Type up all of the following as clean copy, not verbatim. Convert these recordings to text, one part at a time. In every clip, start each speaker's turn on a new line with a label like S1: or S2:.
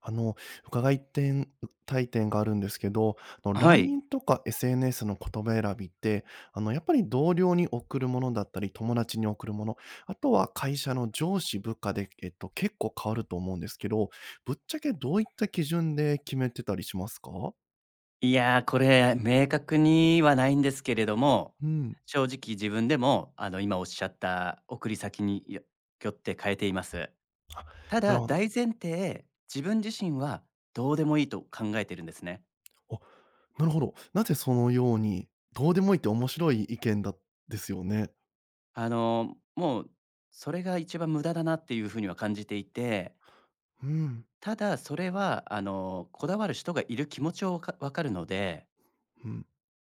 S1: あの、伺いてんたい点があるんですけど、
S2: はい。
S1: LINE とか SNS の言葉選びって、やっぱり同僚に送るものだったり、友達に送るもの、あとは会社の上司、部下で、結構変わると思うんですけど、ぶっちゃけどういった基準で決めてたりしますか？
S2: これ、明確にはないんですけれども、
S1: うん。
S2: 正直自分でも、今おっしゃった送り先によって変えています。た
S1: な
S2: だ、
S1: るほど。
S2: 大前提、自分自身はどうでもいいと考えてるんですね。
S1: あ、なるほど。なぜそのように、どうでもいいって面白い意見だですよね。
S2: もうそれが一番無駄だなっていうふうには感じていて、
S1: うん、
S2: ただそれは、こだわる人がいる気持ちを分かるので、
S1: うん。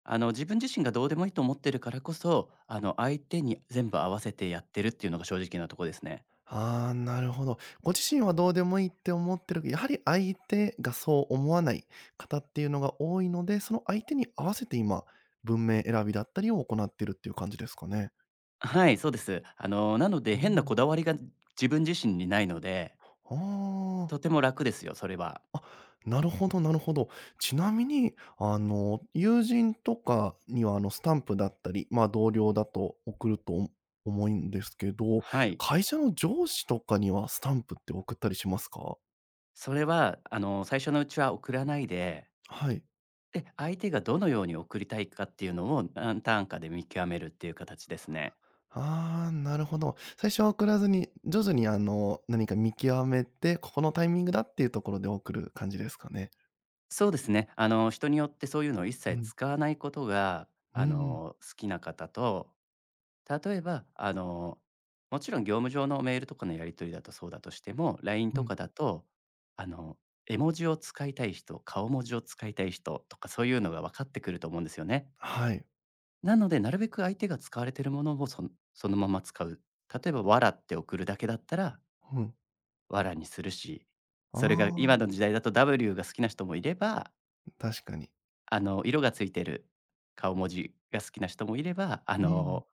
S2: 自分自身がどうでもいいと思ってるからこそ、相手に全部合わせてやってるっていうのが正直なとこですね。
S1: ああ、なるほど。ご自身はどうでもいいって思ってるけど、やはり相手がそう思わない方っていうのが多いので、その相手に合わせて今、文明選びだったりを行ってるっていう感じですかね。
S2: はい、そうです。なので
S1: う
S2: 変なこ
S1: ん。
S2: だわりが自分自身にないので、
S1: あ
S2: とて
S1: あ。
S2: も楽ですよ、それは。
S1: あ、なるほどなるほど。ちなみに、友人とかには、スタンプだったり、まあ、同僚だと送ると思うんですけど、
S2: はい。
S1: 会社の上司とかにはスタンプって送ったりしますか？
S2: それは、最初のうちは送らないで、
S1: はい。
S2: で、相手がどのように送りたいかっていうのを何ターンかで見極めるっていう形ですね。
S1: ああ、なるほど。最初は送らずに、徐々にあの、何か見極めて、ここのタイミングだっていうところで送る感じですかね。
S2: そうですね。人によってそういうのを一
S1: う
S2: 切
S1: ん。
S2: 使わないことが、
S1: うんうん。
S2: 好きな方と、例えば、もちろん業務上のメールとかのやり取りだとそうだとしても、LINE
S1: う
S2: と
S1: ん。
S2: かだと、あの、絵文字を使いたい人、顔文字を使いたい人とかそういうのが分かってくると思うんですよね。
S1: はい。
S2: なので、なるべく相手が使われてるものをそのまま使う。例えば、わらって送るだけだったら、
S1: うん。
S2: わらにするし、
S1: あ
S2: それが
S1: あ、
S2: 今の時代だと W が好きな人もいれば、
S1: 確かに。
S2: 色がついてる顔文字が好きな人もいれば、
S1: うん。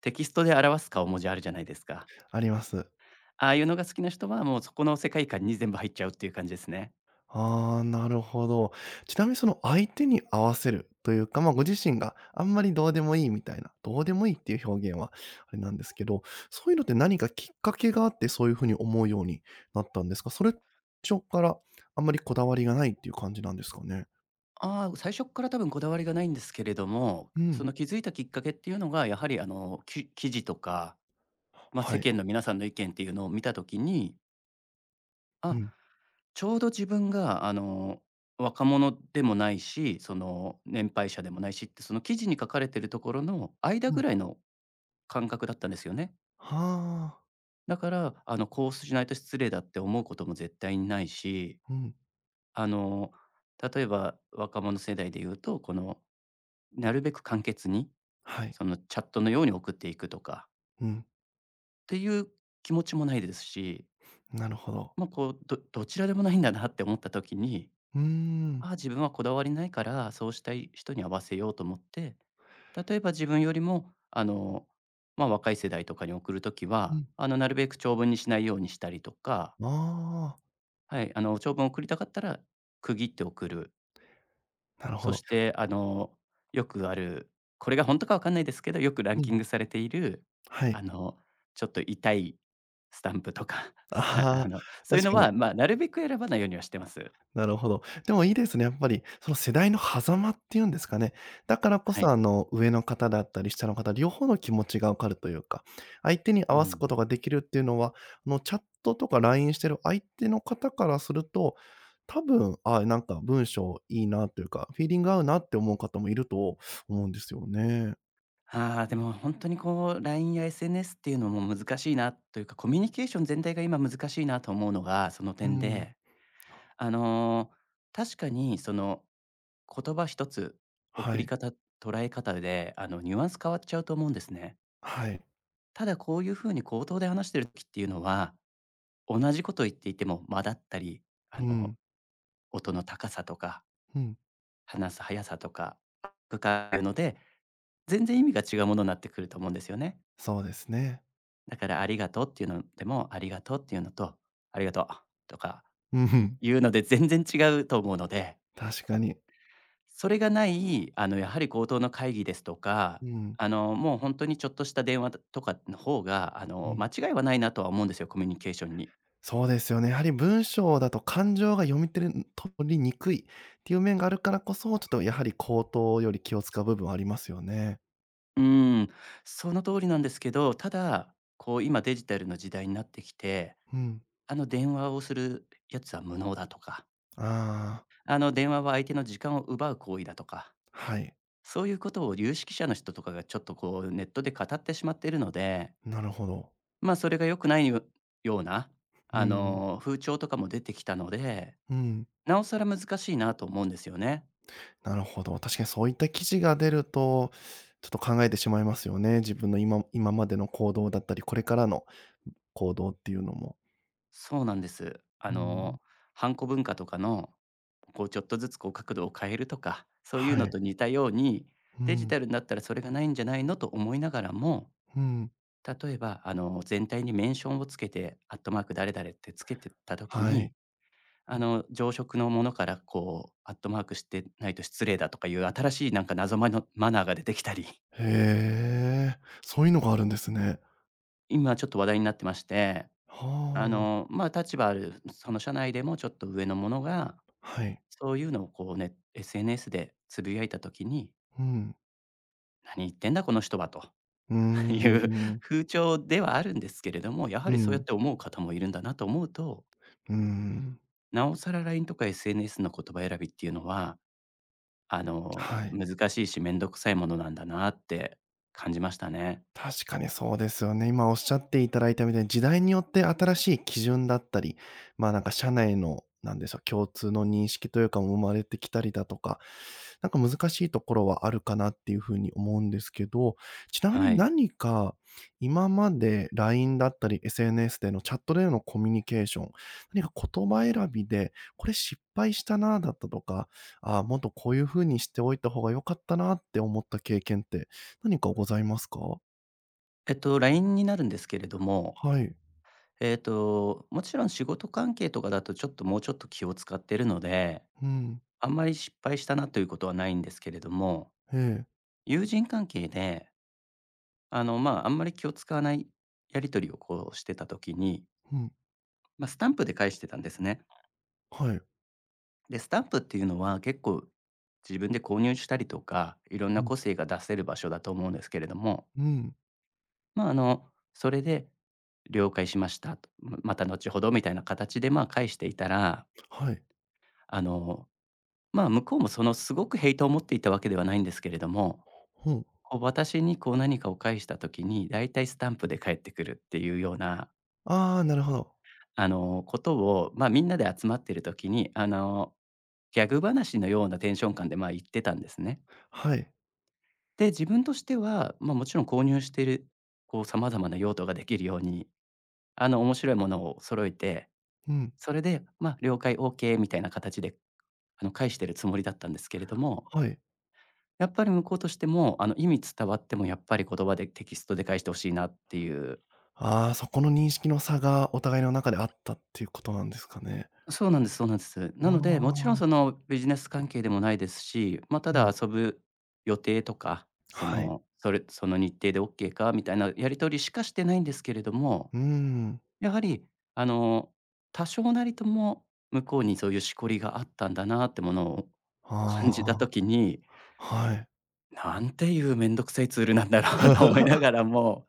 S2: テキストで表す顔文字あるじゃないですか。
S1: あります。
S2: ああいうのが好きな人は、もうそこの世界観に全部入っちゃうっていう感じですね。
S1: ああ、なるほど。ちなみにその相手に合わせるというか、ま、ご自身があんまりどうでもいいみたいな、どうでもいいっていう表現はあれなんですけど、そういうのって何かきっかけがあってそういうふうに思うようになったんですか？それ、しょからあんまりこだわりがないっていう感じなんですかね？
S2: ああ、最初っから多分こだわりがないんですけれども、
S1: う
S2: そ
S1: ん。
S2: の気づいたきっかけっていうのが、やはり記事とか、まあ、
S1: は
S2: 世
S1: い。
S2: 間の皆さんの意見っていうのを見た時に、
S1: う
S2: あ、
S1: ん、
S2: ちょうど自分が若者でもないし、その年配者でもないしって、その記事に書かれてるところの間
S1: う
S2: ぐ
S1: ん。
S2: らいの感覚だったんですよね。
S1: はあ。
S2: だから、こうしないと失礼だって思うことも絶対にないし、
S1: うん。
S2: あの、例えば若者世代で言うと、この、なるべく簡潔に、
S1: はい。
S2: そのチャットのように送っていくとか
S1: うん。
S2: っていう気持ちもないですし、
S1: なるほど。
S2: まあ、こう、どちらでもないんだなって思った時に、
S1: うーん。
S2: ああ、自分はこだわりないから、そうしたい人に合わせようと思って、例えば自分よりも、まあ、若い世代とかに送る時
S1: う
S2: は、
S1: ん。
S2: なるべく長文にしないようにしたりとか、
S1: あ
S2: はい、長文を送りたかったら区切って送る。
S1: あ、なるほ
S2: そ
S1: ど。
S2: して、よくある、これが本当かわかんないですけど、よくラン
S1: う
S2: キ
S1: ん。
S2: ングされている、
S1: は
S2: あ
S1: い。
S2: の、ちょっと痛いスタンプとか、スタあ
S1: ああ、
S2: の、そういう
S1: 確
S2: の
S1: かに。
S2: は、まあ、なるべく選ばないようにはしてます。
S1: なるほど。でもいいですね、やっぱり、その世代の狭間っていうんですかね。だからこ
S2: は
S1: そ、
S2: い。
S1: 上の方だったり下の方、両方の気持ちが分かるというか、相手に合
S2: う
S1: わすこ
S2: ん。
S1: とができるっていうのは、チャットとか LINE してる相手の方からすると、多分、あ、なんか文章いいなというか、フィーリング合うなって思う方もいると思うんですよね。
S2: ああ、でも本当にこう、LINE や SNS っていうのも難しいなというか、コミュニケーション全体が今難しいなと思うのが、その
S1: う
S2: 点
S1: ん。
S2: で、あの、確かにその、言葉一つ、送
S1: は
S2: り
S1: い。
S2: 方、捉え方で、ニュアンス変わっちゃうと思うんですね。
S1: はい。
S2: ただ、こういうふうに口頭で話してる時っていうのは、同じことを言っていても間だったり、あ
S1: う
S2: の、
S1: ん。
S2: 音の高さとか、
S1: うん。
S2: 話す速さとか、深いので、全然意味が違うものになってくると思うんですよね。
S1: そうですね。
S2: だから「ありがとう」っていうのでも「ありがとう」っていうのと「ありがとう」とか
S1: うん。
S2: いうので全然違うと思うので、
S1: 確かに。
S2: それがない、やはり口頭の会議ですとか、
S1: うん。
S2: もう本当にちょっとした電話とかの方が、
S1: う
S2: 間
S1: ん。
S2: 違いはないなとは思うんですよ、コミュニケーションに。
S1: そうですよね。やはり文章だと感情が読み取れ取りにくいっていう面があるからこそ、ちょっとやはり口頭より気を使う部分はありますよね。
S2: うーん、その通りなんですけど、ただ、こう今デジタルの時代になってきて、
S1: うん。
S2: あの電話をするやつは無能だとか、
S1: ああ、
S2: あの電話は相手の時間を奪う行為だとか、
S1: はい。
S2: そういうことを有識者の人とかがちょっとこうネットで語ってしまっているので、
S1: なるほど。
S2: まあそれが良くないような、
S1: う
S2: あ
S1: ん。
S2: の風潮とかも出てきたので、
S1: うん。
S2: なおさら難しいなと思うんですよね。
S1: なるほど。確かにそういった記事が出ると、ちょっと考えてしまいますよね。自分の今までの行動だったり、これからの行動っていうのも。
S2: そうなんです。
S1: うん。
S2: ハンコ文化とかのこうちょっとずつこう角度を変えるとか、そういう
S1: は
S2: の
S1: い。
S2: と似たように、
S1: う
S2: デジ
S1: ん。
S2: タルになったらそれがないんじゃないのと思いながらも、
S1: うん。
S2: 例えばあの全体にメンションをつけて、アットマーク誰々ってつけてた時
S1: はい。
S2: に、あの常食のものからこうアットマークしてないと失礼だとかいう新しいなんか謎マのマナーが出てきたり、
S1: へえ、そういうのがあるんですね。
S2: 今ちょっと話題になってまして、あ
S1: はあ。
S2: のまあ立場あるその社内でもちょっと上のものが
S1: はい。
S2: そういうのをこうね SNS でつぶやいた時に
S1: うん。
S2: 何言ってんだこの人はと、
S1: うー
S2: いう
S1: ん、うん。
S2: 風潮ではあるんですけれども、やは
S1: う
S2: りそうやっ
S1: ん。
S2: て思う方もいるんだなと思うと、
S1: うーん。
S2: なおさら LINE とか SNS の言葉選びっていうのは、
S1: はい。
S2: 難しいし、めんどくさいものなんだなって感じましたね。
S1: 確かにそうですよね。今おっしゃっていただいたみたいに、時代によって新しい基準だったり、まあ、なんか社内の、なんでしょう、共通の認識というかも生まれてきたりだとか、なんか難しいところはあるかなっていうふうに思うんですけど、ちなみ
S2: は
S1: に
S2: い。
S1: 何か今まで LINE だったり SNS でのチャットでのコミュニケーション、何か言葉選びで、これ失敗したなだったとか、ああ、もっとこういうふうにしておいた方が良かったなって思った経験って何かございますか。
S2: えっと、LINE になるんですけれども、
S1: はい。
S2: えっと、もちろん仕事関係とかだとちょっともうちょっと気を使ってるので、
S1: うん。
S2: あんまり失敗したなということはないんですけれども、
S1: ええ。
S2: 友人関係で、まあ、あんまり気を使わないやり取りをこうしてた時に、
S1: うん。
S2: まあ、スタンプで返してたんですね。
S1: はい。
S2: で、スタンプっていうのは結構自分で購入したりとか、いろんな
S1: うん。
S2: 個性が出せる場所だと思うんですけれども、
S1: うん。
S2: まあ、それで「了解しました」と、ま「また後ほど」みたいな形で、ま、返していたら、
S1: はい。
S2: あの、まあ、向こうもそのすごくヘイトを持っていたわけではないんですけれども、
S1: ほう。
S2: こう私にこう何かを返した時に、だいたいスタンプで返ってくるっていうような
S1: ああ、なるほど。
S2: ことを、まあ、みんなで集まってる時に、ギャグ話のようなテンション感で、ま、言ってたんですね。
S1: はい。
S2: で、自分としては、まあ、もちろん購入している、こう、様々な用途ができるように、面白いものを揃えて、
S1: うん。
S2: それで、まあ、了解、OK みたいな形で、返してるつもりだったんですけれども、
S1: はい。
S2: やっぱり向こうとしても、意味伝わってもやっぱり言葉でテキストで返してほしいなっていう、
S1: ああ、そこの認識の差がお互いの中であったっていうことなんですかね。
S2: そうなんです、そうなんです。
S1: あ
S2: なので、もちろんそ
S1: あ、
S2: のビジネス関係でもないですし、まあ、た
S1: う
S2: だ
S1: ん。
S2: 遊ぶ予定とか、そ
S1: はい。
S2: の、それその日程でオッケーかみたいなやり取りしかしてないんですけれども、
S1: うーん。
S2: やはりあの、多少なりとも向こうにそういうしこりがあったんだなってものを感
S1: あ
S2: じた
S1: あ、
S2: 時に、
S1: はい。
S2: なんていうめんどくさいツールなんだろう と思いながらも、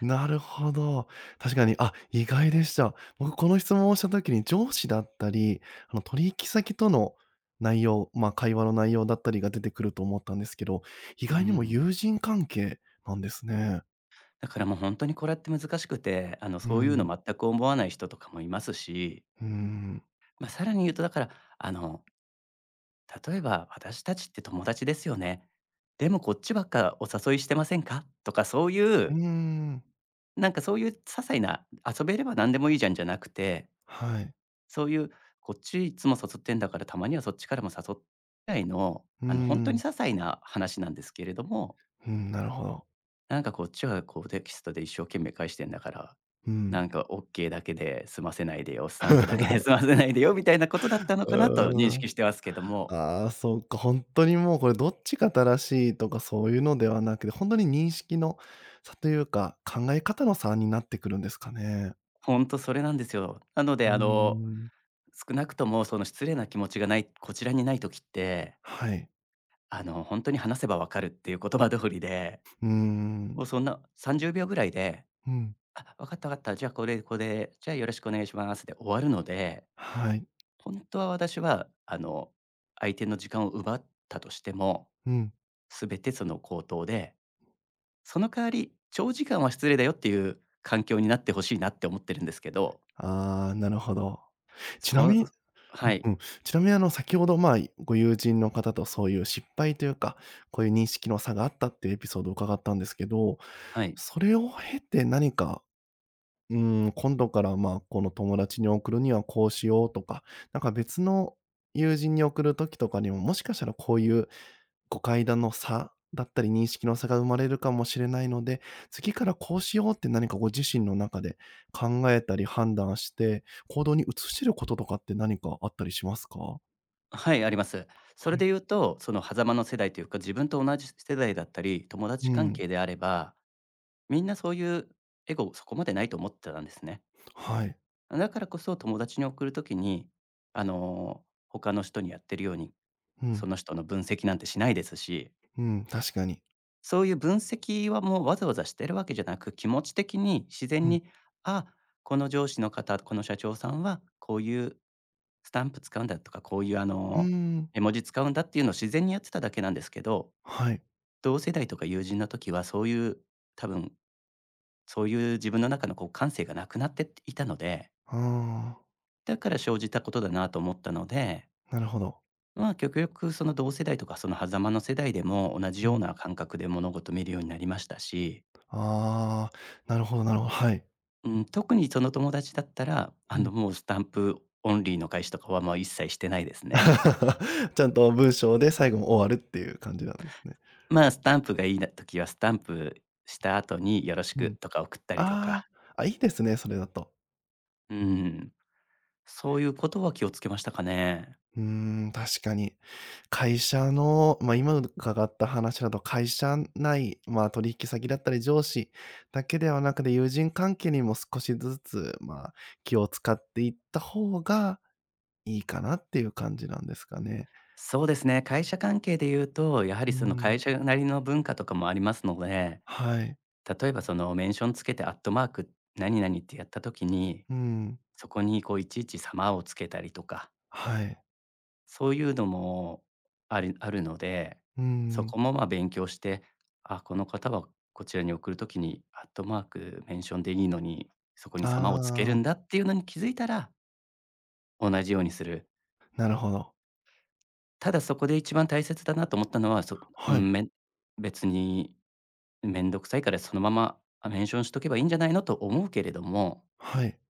S1: なるほど。確かに、あ、意外でした。僕この質問をした時に上司だったり、あの取引先との内容、まあ、会話の内容だったりが出てくると思ったんですけど、意
S2: う
S1: 外にも
S2: ん。
S1: 友人関係なんですね。
S2: だからもう本当にこれって難しくて、
S1: う
S2: そういうの
S1: ん、
S2: 全く思わない人とかもいますし、
S1: うーん、
S2: まあ、さらに言うとだから、あの、例えば「私たちって友達ですよね。でもこっちばっかお誘いしてませんか？」とかそうい
S1: うー
S2: う、
S1: ん、
S2: なんかそういう些細な遊べれば何でもいいじゃんじゃなくて、
S1: はい。
S2: そういう「こっちいつも誘ってんだから、たまにはそっちからも誘っ」ぐらいの、
S1: うー
S2: 本当に些
S1: ん、
S2: 細な話なんですけれども、
S1: うん、なるほど。
S2: なんかこっちはこうテキストで一生懸命返してんだから、
S1: う
S2: な
S1: ん。
S2: んかオッケーだけで済ませないでよ、スタンプだけで 済ませないでよみたいなことだったのかなと認識してますけども。
S1: ああ、そっか、本当にもうこれどっちが正しいとかそういうのではなくて、本当に認識の差というか、考え方の差になってくるんですかね。
S2: ほんとそれなんですよ。なの
S1: う
S2: で、
S1: ーん。
S2: 少なくともその失礼な気持ちがないこちらにない時って、
S1: はい。
S2: ほんとに話せばわかるっていう言葉通りで、
S1: うーん。
S2: もうそんな30秒ぐらいで、
S1: うん。
S2: 「あ、わかったわかった、じゃあこれ、これ、じゃあよろしくお願いします」で終わるので、
S1: はい。
S2: ほんとは私は、相手の時間を奪ったとしても、
S1: うん。
S2: 全てその口頭で、その代わり長時間は失礼だよっていう環境になって欲しいなって思ってるんですけど、
S1: ああ、なるほど。ちなみ
S2: そ
S1: に
S2: はい、
S1: うんうん。ちなみに先ほど、まあ、ご友人の方とそういう失敗というか、こういう認識の差があったっていうエピソードを伺ったんですけど、
S2: はい。
S1: それを経て何かうーん、今度から、まあ、この友達に送るにはこうしようとか、なんか別の友人に送る時とかにも、もしかしたらこういう誤解だの差だったり、認識の差が生まれるかもしれないので、次からこうしようって何かご自身の中で考えたり判断して、行動に移してることとかって何かあったりしますか？
S2: はい、あります。それ
S1: はい。
S2: で言うと、その狭間の世代というか、自分と同じ世代だったり、友
S1: う
S2: 達関
S1: ん。
S2: 係であれば、みんなそういうエゴそこまでないと思ってたんですね。
S1: はい。
S2: だからこそ友達に送るときに、他の人にやってるように、
S1: う
S2: そ
S1: ん。
S2: の人の分析なんてしないですし、
S1: うん、確かに。
S2: そういう分析はもうわざわざしてるわけじゃなく、気持ち的に自
S1: う
S2: 然
S1: ん。
S2: に、あ、この上司の方、この社長さんはこういうスタンプ使うんだとか、こういう
S1: うーん。
S2: 絵文字使うんだっていうのを自然にやってただけなんですけど、
S1: はい。
S2: 同世代とか友人の時はそういう、多分そういう自分の中のこう感性がなくなっていたので、
S1: あ
S2: だから生じたことだなと思ったので、
S1: あ、なるほど。
S2: まあ極力その同世代とかその狭間の世代でも同じ
S1: う
S2: よう
S1: ん。
S2: な感覚で物事見るようになりましたし、
S1: ああ、なるほどなるほど、はい。
S2: うん、特にその友達だったら、
S1: うん。
S2: もうスタンプオンリーの返しとかは、もう一切してないですね。
S1: ちゃんと文章で最後も終わるっていう感じなんですね。
S2: まあ、スタンプがいいな時は、スタンプした後によろし
S1: う
S2: く
S1: ん。
S2: とか送ったりと
S1: あ
S2: か、
S1: あ、あ、いいですね、それだと。
S2: うん、そういうことは気をつけましたかね。
S1: うーん、確かに。会社の、ま、今伺った話だと会社内、ま、取引先だったり上司だけではなくて、友人関係にも少しずつ、ま、気を使っていった方がいいかなっていう感じなんですかね。
S2: そうですね、会社関係で言うと、やはり
S1: う
S2: その
S1: ん。
S2: 会社なりの文化とかもありますので、
S1: はい。
S2: 例えばそのメンションつけてアットマーク何々ってやった時に、
S1: うん。
S2: そこにこういちいち様をつけたりとか、
S1: はい。
S2: そういうのもありあるので、
S1: う
S2: そ
S1: ん。
S2: こもまあ勉強して、あ、この方はこちらに送るときにアットマーク、メンションでいいのに、そこに様をつけ
S1: あ
S2: るんだ
S1: あ、
S2: っていうのに気づいたら、同じようにする。
S1: なるほど。
S2: ただそこで一番大切だなと思ったのは、そう
S1: はい。
S2: ん、めん別にめんどくさいからそのまま、あ、メンションしとけばいいんじゃないのと思うけれども、
S1: はい。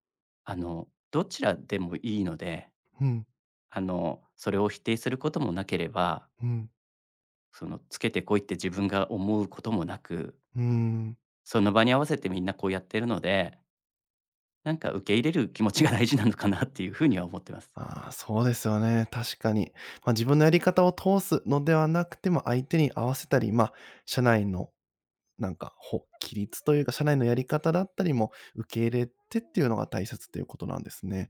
S2: どちらでもいいので、
S1: うん、
S2: それを否定することもなければ
S1: うん、
S2: その、つけてこいって自分が思うこともなく、
S1: うん。
S2: その場に合わせてみんなこうやってるので、なんか受け入れる気持ちが大事なのかなっていう風には思ってます。
S1: ああ、そうですよね、確かに。まあ、自分のやり方を通すのではなくても、相手に合わせたり、まあ、社内のなんか、ほ規律というか、社内のやり方だったりも受け入れてっていうのが大切ということなんですね。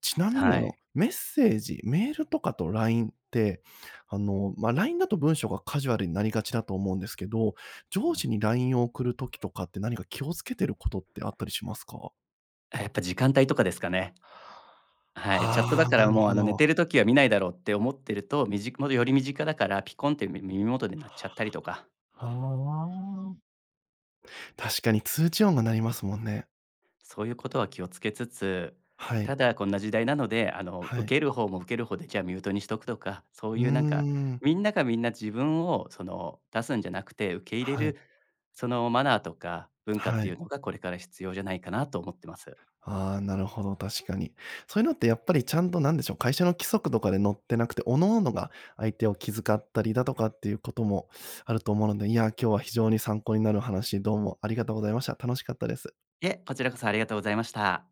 S1: ちなみに
S2: はい。
S1: メッセージ、メールとかと LINE って、まあ、LINE だと文章がカジュアルになりがちだと思うんですけど、
S2: う
S1: 上司
S2: ん。
S1: に LINE を送る時とかって何か気をつけてることってあったりしますか？
S2: あ、やっぱ時間帯とかですかね。はい、チャットだ
S1: ああー、
S2: か
S1: な
S2: ら
S1: る
S2: もう、
S1: ほ
S2: 寝
S1: ど。
S2: てる時は見ないだろうって思ってると、みじより身近だから、ピコンって耳元で鳴っちゃったりとか。
S1: はあ。確かに通知音が鳴りますもんね。
S2: そういうことは気をつけつつ、
S1: は
S2: た
S1: い、
S2: だこんな時代なので、
S1: は
S2: 受
S1: い。
S2: ける方も受ける方で、じゃあミュートにしとくとか、そう
S1: うー
S2: いうなんか、
S1: ん。
S2: みんながみんな自分をその、出すんじゃなくて、受け入れ
S1: はい、
S2: る、そのマナーとか文化っ
S1: は
S2: ていう
S1: い。
S2: のがこれから必要じゃないかなと思ってます。
S1: ああ、なるほど、確かに。そういうのってやっぱりちゃんとなんでしょう、会社の規則とかで載ってなくて、各々が相手を気遣ったりだとかっていうこともあると思うので、いや、今日は非常に参考になる話、どうもありがとうございました。楽しかったです。
S2: いえ、こちらこそありがとうございました。